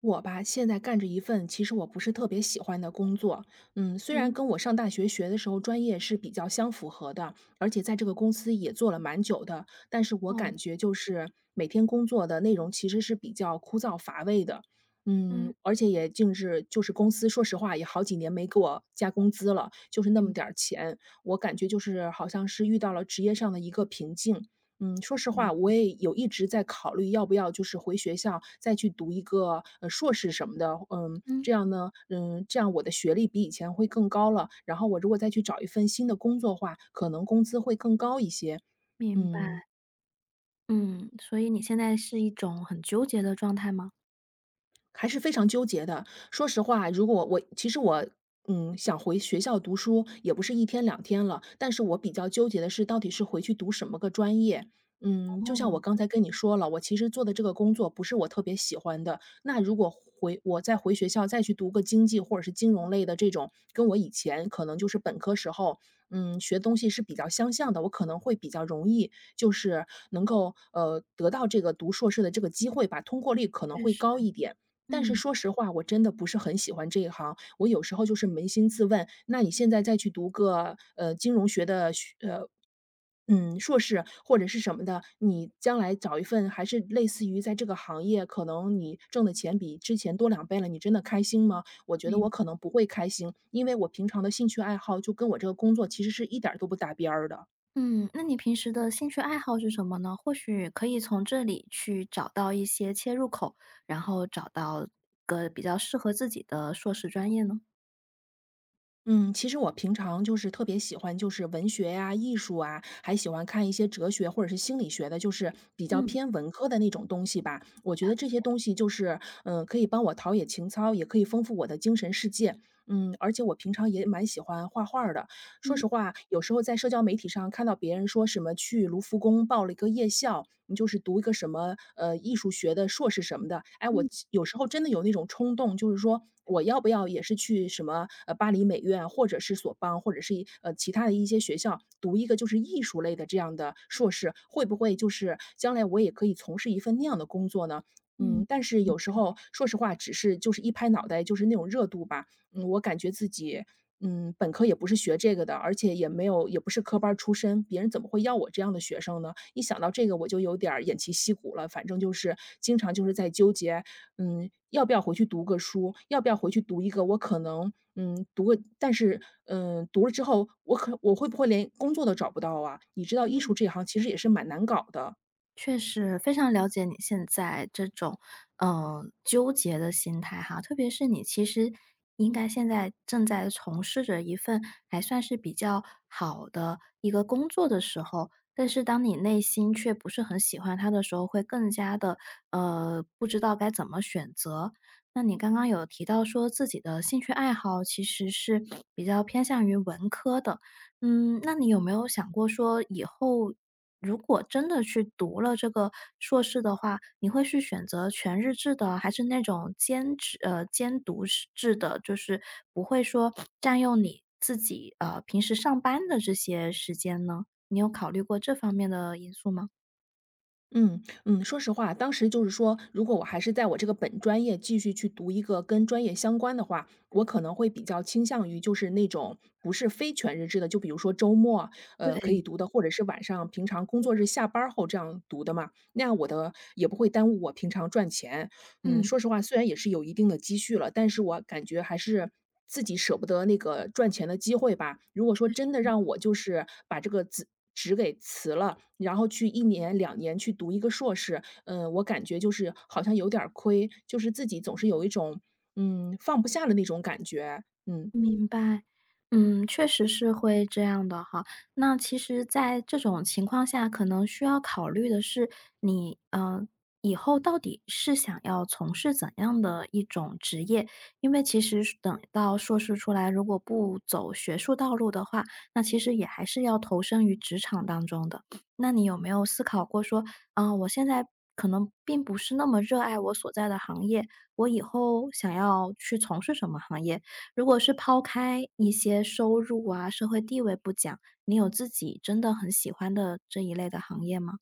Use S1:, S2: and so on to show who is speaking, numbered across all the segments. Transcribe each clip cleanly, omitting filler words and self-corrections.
S1: 我吧，现在干着一份其实我不是特别喜欢的工作，虽然
S2: 嗯，
S1: 跟我上大学学的时候专业是比较相符合的，而且在这个公司也做了蛮久的，但是我
S2: 哦，
S1: 感觉就是每天工作的内容其实是比较枯燥乏味的，
S2: 嗯。
S1: 而且也竟是就是公司说实话也好几年没给我加工资了，就是那么
S2: 明
S1: 点儿钱，我感觉就是好像是遇到了职业上的一个瓶颈，说实
S2: 了
S1: 话，我
S2: 解。
S1: 也有一直在考虑要不要就是回学校再去读一个，硕士什么的。嗯，
S2: 嗯，
S1: 这样呢，这样我的学历比以前会更高了，然后我如果再去找一份新的工作的话，可能工资会更高一些。
S2: 明白。
S1: 嗯。
S2: 嗯，所以你现在是一种很纠结的状态吗？
S1: 还是非常纠结的。说实话，如果我其实我，想回学校读书也不是一天两天了，但是我比较纠结的是，到底是回去读什么个专业。就像我
S2: 哦，
S1: 刚才跟你说了，我其实做的这个工作不是我特别喜欢的。那如果我再回学校再去读个经济或者是金融类的这种，跟我以前可能就是本科时候，学东西是比较相像的，我可能会比较容易，就是能够得到这个读硕士的这个机会吧，通过率可能
S2: 确
S1: 会
S2: 实，
S1: 高一点。但是
S2: 嗯，
S1: 说实话，我真的不是很喜欢这一行。我有时候就是扪心自问，那你现在再去读个，金融学的硕士或者是什么的，你将来找一份还是类似于在这个行业，可能你挣的钱比之前多2倍了，你真的开心吗？我觉得
S2: 明
S1: 我可能不会开心，因为我平常的兴趣爱好就跟我这个工作其实是一点儿都不搭边儿的。
S2: 嗯，嗯，那你平时的兴趣爱好是什么呢？或许可以从这里去找到一些切入口，然后找到个比较适合自己的硕士专业呢？
S1: 嗯，其实我平常就是特别喜欢，就是文学呀、艺术啊，还喜欢看一些哲学或者是心理学的，就是比较
S2: 嗯，
S1: 偏文科的那种东西吧。我觉得这些东西就是，可以帮我陶冶情操，也可以丰富我的精神世界。而且我平常也蛮喜欢画画儿的，说
S2: 嗯，
S1: 实话，有时候在社交媒体上看到别人说什么去卢浮宫报了一个夜校，你就是读一个什么艺术学的硕士什么的，哎，我
S2: 嗯，
S1: 有时候真的有那种冲动，就是说我要不要也是去什么巴黎美院，或者是索邦，或者是其他的一些学校读一个就是艺术类的这样的硕士，会不会就是将来我也可以从事一份那样的工作呢？
S2: 嗯，
S1: 但是有时
S2: 嗯。
S1: 候说实话，只是就是一拍脑袋，就是那种热度吧。我感觉自己本科也不是学这个的，而且也没有也不是科班儿出身，别人怎么会要我这样的学生呢？一想到这个我就有点儿偃旗息鼓了，反正就是经常就是在纠结，要不要回去读个书，要不要回去读一个我可能，读个，但是，读了之后，我会不会连工作都找不到啊？你知道艺
S2: 嗯。
S1: 术这行其实也是蛮难搞的，
S2: 确实，非常了解你现在这种，纠结的心态哈。特别是你其实应该现在正在从事着一份还算是比较好的一个工作的时候，但是当你内心却不是很喜欢它的时候，会更加的不知道该怎么选择。那你刚刚有提到说自己的兴趣爱好其实是比较偏向于文科的，嗯，那你有没有想过说以后如果真的去读了这个硕士的话，你会去选择全日制的，还是那种兼读式制的，就是不会说占用你自己，平时上班的这些时间呢？你有考虑过这方面的因素吗？
S1: 嗯，说实话，当时就是说，如果我还是在我这个本专业继续去读一个跟专业相关的话，我可能会比较倾向于就是那种不是非全日制的，就比如说周末，可以
S2: 对，
S1: 读的，或者是晚上平常工作日下班儿后这样读的嘛，那样我的也不会耽误我平常赚钱，
S2: 嗯。
S1: 说实话，虽然也是有一定的积蓄了，但是我感觉还是自己舍不得那个赚钱的机会吧。如果
S2: 确
S1: 说
S2: 实。
S1: 真的让我就是把这个职给辞了，然后去一年两年去读一个硕士，我感觉就是好像有点儿亏，就是自己总是有一种，放不下的那种感觉，嗯。
S2: 明白，嗯，确实是会这样的哈。那其实在这种情况下，可能需要考虑的是你，以后到底是想要从事怎样的一种职业。因为其实是等到硕士出来，如果不走学术道路的话，那其实也还是要投身于职场当中的。那你有没有思考过说，啊，我现在可能并不是那么热爱我所在的行业，我以后想要去从事什么行业？如果是抛开一些收入啊、社会地位不讲，你有自己真的很喜欢的这一类的行业吗？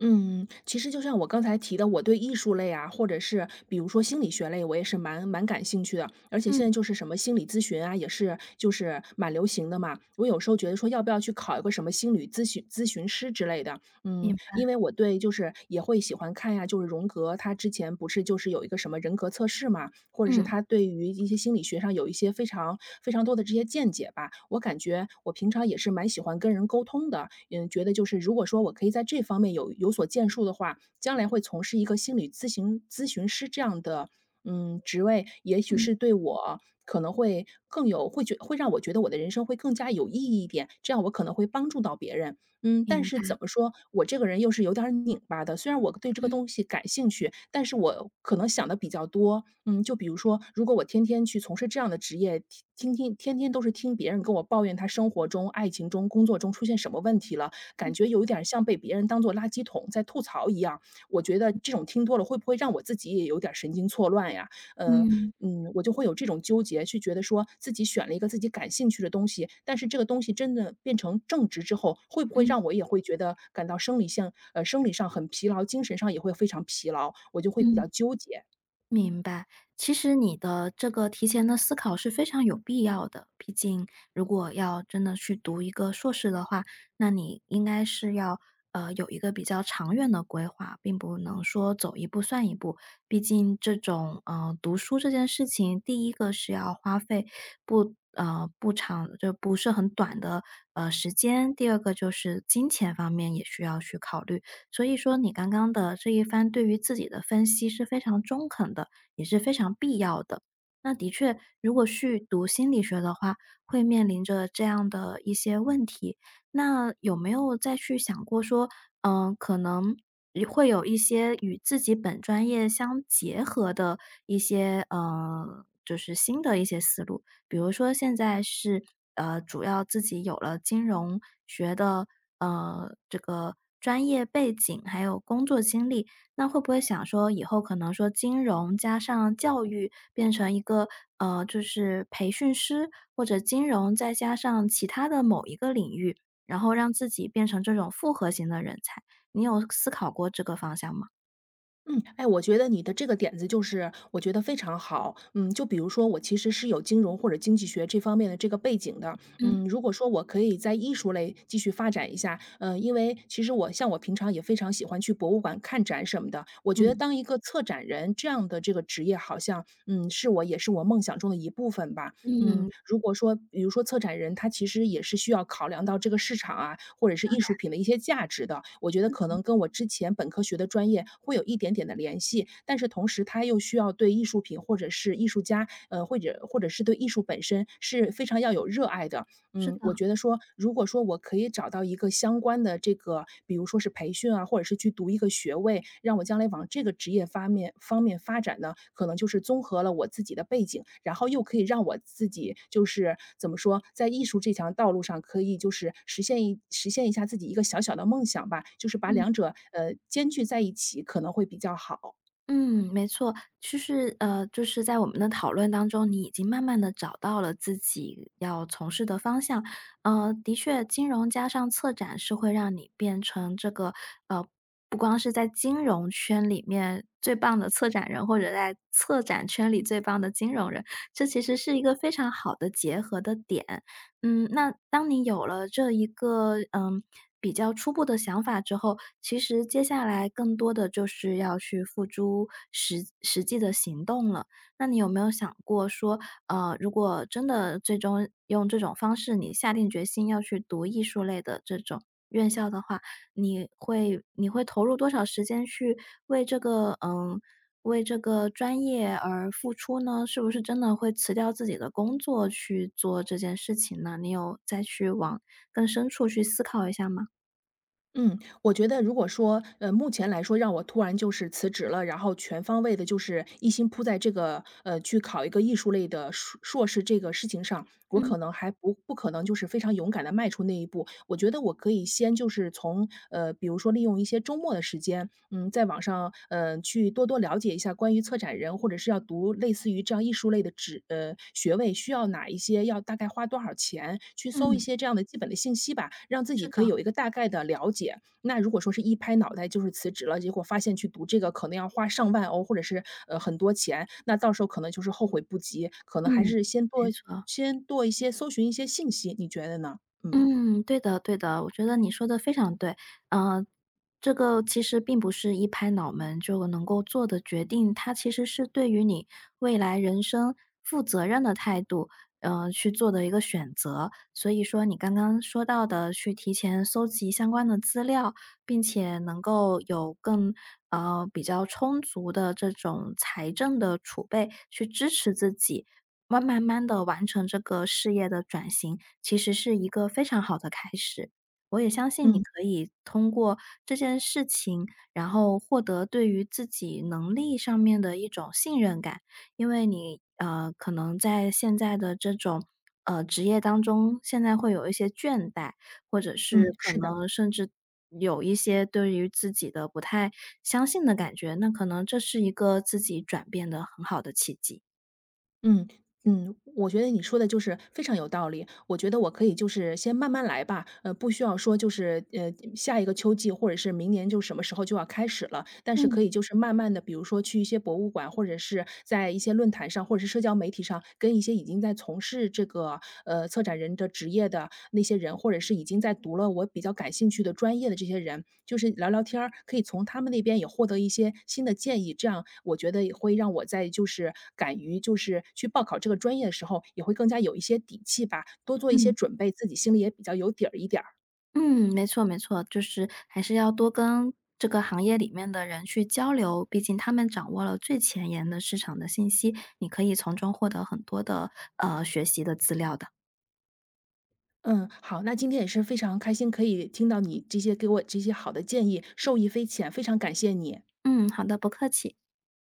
S1: 嗯，其实就像我刚才提的，我对艺术类啊，或者是比如说心理学类，我也是蛮感兴趣的。而且
S2: 嗯，
S1: 现在就是什么心理咨询啊，也是就是蛮流行的嘛。我有时候觉得说，要不要去考一个什么心理咨询师之类的，
S2: 明白。
S1: 因为我对就是也会喜欢看呀，就是荣格他之前不是就是有一个什么人格测试嘛，或者是
S2: 嗯。
S1: 他对于一些心理学上有一些非常非常多的这些见解吧。我感觉我平常也是蛮喜欢跟人沟通的，觉得就是如果说我可以在这方面有所建树的话，将来会从事一个心理咨询师这样的。职位也许
S2: 嗯，
S1: 是对我可能会更有，会觉会让我觉得我的人生会更加有意义一点，这样我可能会帮助到别人。但
S2: 明
S1: 是
S2: 白。
S1: 怎么说，我这个人又是有点儿拧巴的。虽然我对这个
S2: 嗯，
S1: 东西感兴趣，但是我可能想的比较多。嗯，就比如说，如果我天天去从事这样的职业，天天都是听别人跟我抱怨他生活中、爱情中、工作中出现什么问题了，感
S2: 嗯，
S1: 觉有一点儿像被别人当做垃圾桶在吐槽一样。我觉得这种听多了，会不会让我自己也有点儿神经错乱呀？嗯。
S2: 嗯，
S1: 我就会有这种纠结，去觉得说自己选了一个自己感兴趣的东西，但是这个东西真的变成正职之后，会不会
S2: 嗯。
S1: 让我也会觉得感到生理上很疲劳，精神上也会非常疲劳，我就会比较
S2: 嗯。
S1: 纠结。
S2: 明白，其实你的这个提前的思考是非常有必要的。毕竟，如果要真的去读一个硕士的话，那你应该是要有一个比较长远的规划，并不能说走一步算一步。毕竟，这种读书这件事情，第一个是要花费不长，就不是很短的时间；第二个就是金钱方面也需要去考虑。所以说你刚刚的这一番对于自己的分析是非常中肯的，也是非常必要的。那的确，如果去读心理学的话，会面临着这样的一些问题。那有没有再去想过说，可能也会有一些与自己本专业相结合的一些，就是新的一些思路？比如说现在是，主要自己有了金融学的，这个专业背景，还有工作经历，那会不会想说以后可能说金融加上教育变成一个，就是培训师，或者金融再加上其他的某一个领域，然后让自己变成这种复合型的人才，你有思考过这个方向吗？
S1: 嗯，哎，我觉得你的这个点子就是我觉得非常好。嗯，就比如说我其实是有金融或者经济学这方面的这个背景的。
S2: 嗯，
S1: 嗯，如果说我可以在艺术类继续发展一下，因为其实我像我平常也非常喜欢去博物馆看展什么的。我觉得
S2: 嗯，
S1: 当一个策展人这样的这个职业，好像是我也是我梦想中的一部分吧。
S2: 嗯，
S1: 如果说比如说策展人，他其实也是需要考量到这个市场啊，或者是艺术品的一些价值的。我觉得可能跟我之前本科学的专业会有一点点的联系，但是同时他又需要对艺术品或者是艺术家，或者是对艺术本身是非常要有热爱的。
S2: 是
S1: 我
S2: 的，
S1: 觉得说，如果说我可以找到一个相关的这个，比如说是培训啊，或者是去读一个学位，让我将来往这个职业方面发展呢，可能就是综合了我自己的背景，然后又可以让我自己就是怎么说，在艺术这条道路上可以就是实现一下自己一个小小的梦想吧，就是把
S2: 嗯。
S1: 两者兼具在一起，可能会比较好。
S2: 嗯，没错，其实，就是在我们的讨论当中，你已经慢慢的找到了自己要从事的方向。的确，金融加上策展是会让你变成这个，呃，不光是在金融圈里面最棒的策展人，或者在策展圈里最棒的金融人，这其实是一个非常好的结合的点。嗯，那当你有了这一个，比较初步的想法之后，其实接下来更多的就是要去付诸实际的行动了。那你有没有想过说，如果真的最终用这种方式，你下定决心要去读艺术类的这种院校的话，你会投入多少时间去为这个嗯，为这个专业而付出呢？是不是真的会辞掉自己的工作去做这件事情呢？你有再去往更深处去思考一下吗？
S1: 嗯，我觉得如果说，目前来说让我突然就是辞职了，然后全方位的，就是一心扑在这个，去考一个艺术类的硕士这个事情上，我
S2: 嗯
S1: 可能还不可能就是非常勇敢的迈出那一步。我觉得我可以先就是从，比如说利用一些周末的时间，在网上，去多多了解一下关于策展人，或者是要读类似于这样艺术类的学位，需要哪一些，要大概花多少钱，去搜一
S2: 嗯，
S1: 些这样的基本的信息吧，让自己
S2: 是
S1: 可以
S2: 的，
S1: 有一个大概的了解。那如果说是一拍脑袋就是辞职了，结果发现去读这个可能要花上万欧，或者是，很多钱，那到时候可能就是后悔不及，可能还
S2: 嗯。
S1: 是
S2: 没错。
S1: 先做一些搜寻一些信息，你觉得呢？嗯，
S2: 嗯，对的对的，我觉得你说的非常对。呃，这个其实并不是一拍脑门就能够做的决定，它其实是对于你未来人生负责任的态度，去做的一个选择。所以说你刚刚说到的去提前搜集相关的资料，并且能够有更，比较充足的这种财政的储备去支持自己，慢慢的完成这个事业的转型，其实是一个非常好的开始。我也相信你
S1: 嗯，
S2: 可以通过这件事情，然后获得对于自己能力上面的一种信任感，因为你，可能在现在的这种职业当中，现在会有一些倦怠，或者是
S1: 嗯，
S2: 可
S1: 是的。
S2: 能甚至有一些对于自己的不太相信的感觉，那可能这是一个自己转变的很好的契机。
S1: 嗯我觉得你说的就是非常有道理。我觉得我可以就是先慢慢来吧，不需要说就是下一个秋季或者是明年就什么时候就要开始了，但是可
S2: 嗯
S1: 以就是慢慢的，比如说去一些博物馆，或者是在一些论坛上，或者是社交媒体上，跟一些已经在从事这个策展人的职业的那些人，或者是已经在读了我比较感兴趣的专业的这些人，就是聊聊天儿，可以从他们那边也获得一些新的建议。这样我觉得也会让我在就是敢于就是去报考这个专业的时候，也会更加有一些底气吧，多做一些
S2: 嗯。
S1: 准备，自己心里也比较有底儿一点儿。
S2: 嗯，没错没错，就是还是要多跟这个行业里面的人去交流，毕竟他们掌握了最前沿的市场的信息，你可以从中获得很多的学习的资料的。
S1: 嗯，好，那今天也是非常开心，可以听到你这些给我这些好的建议，受益匪浅，非常感谢你。
S2: 嗯，好的，不客气。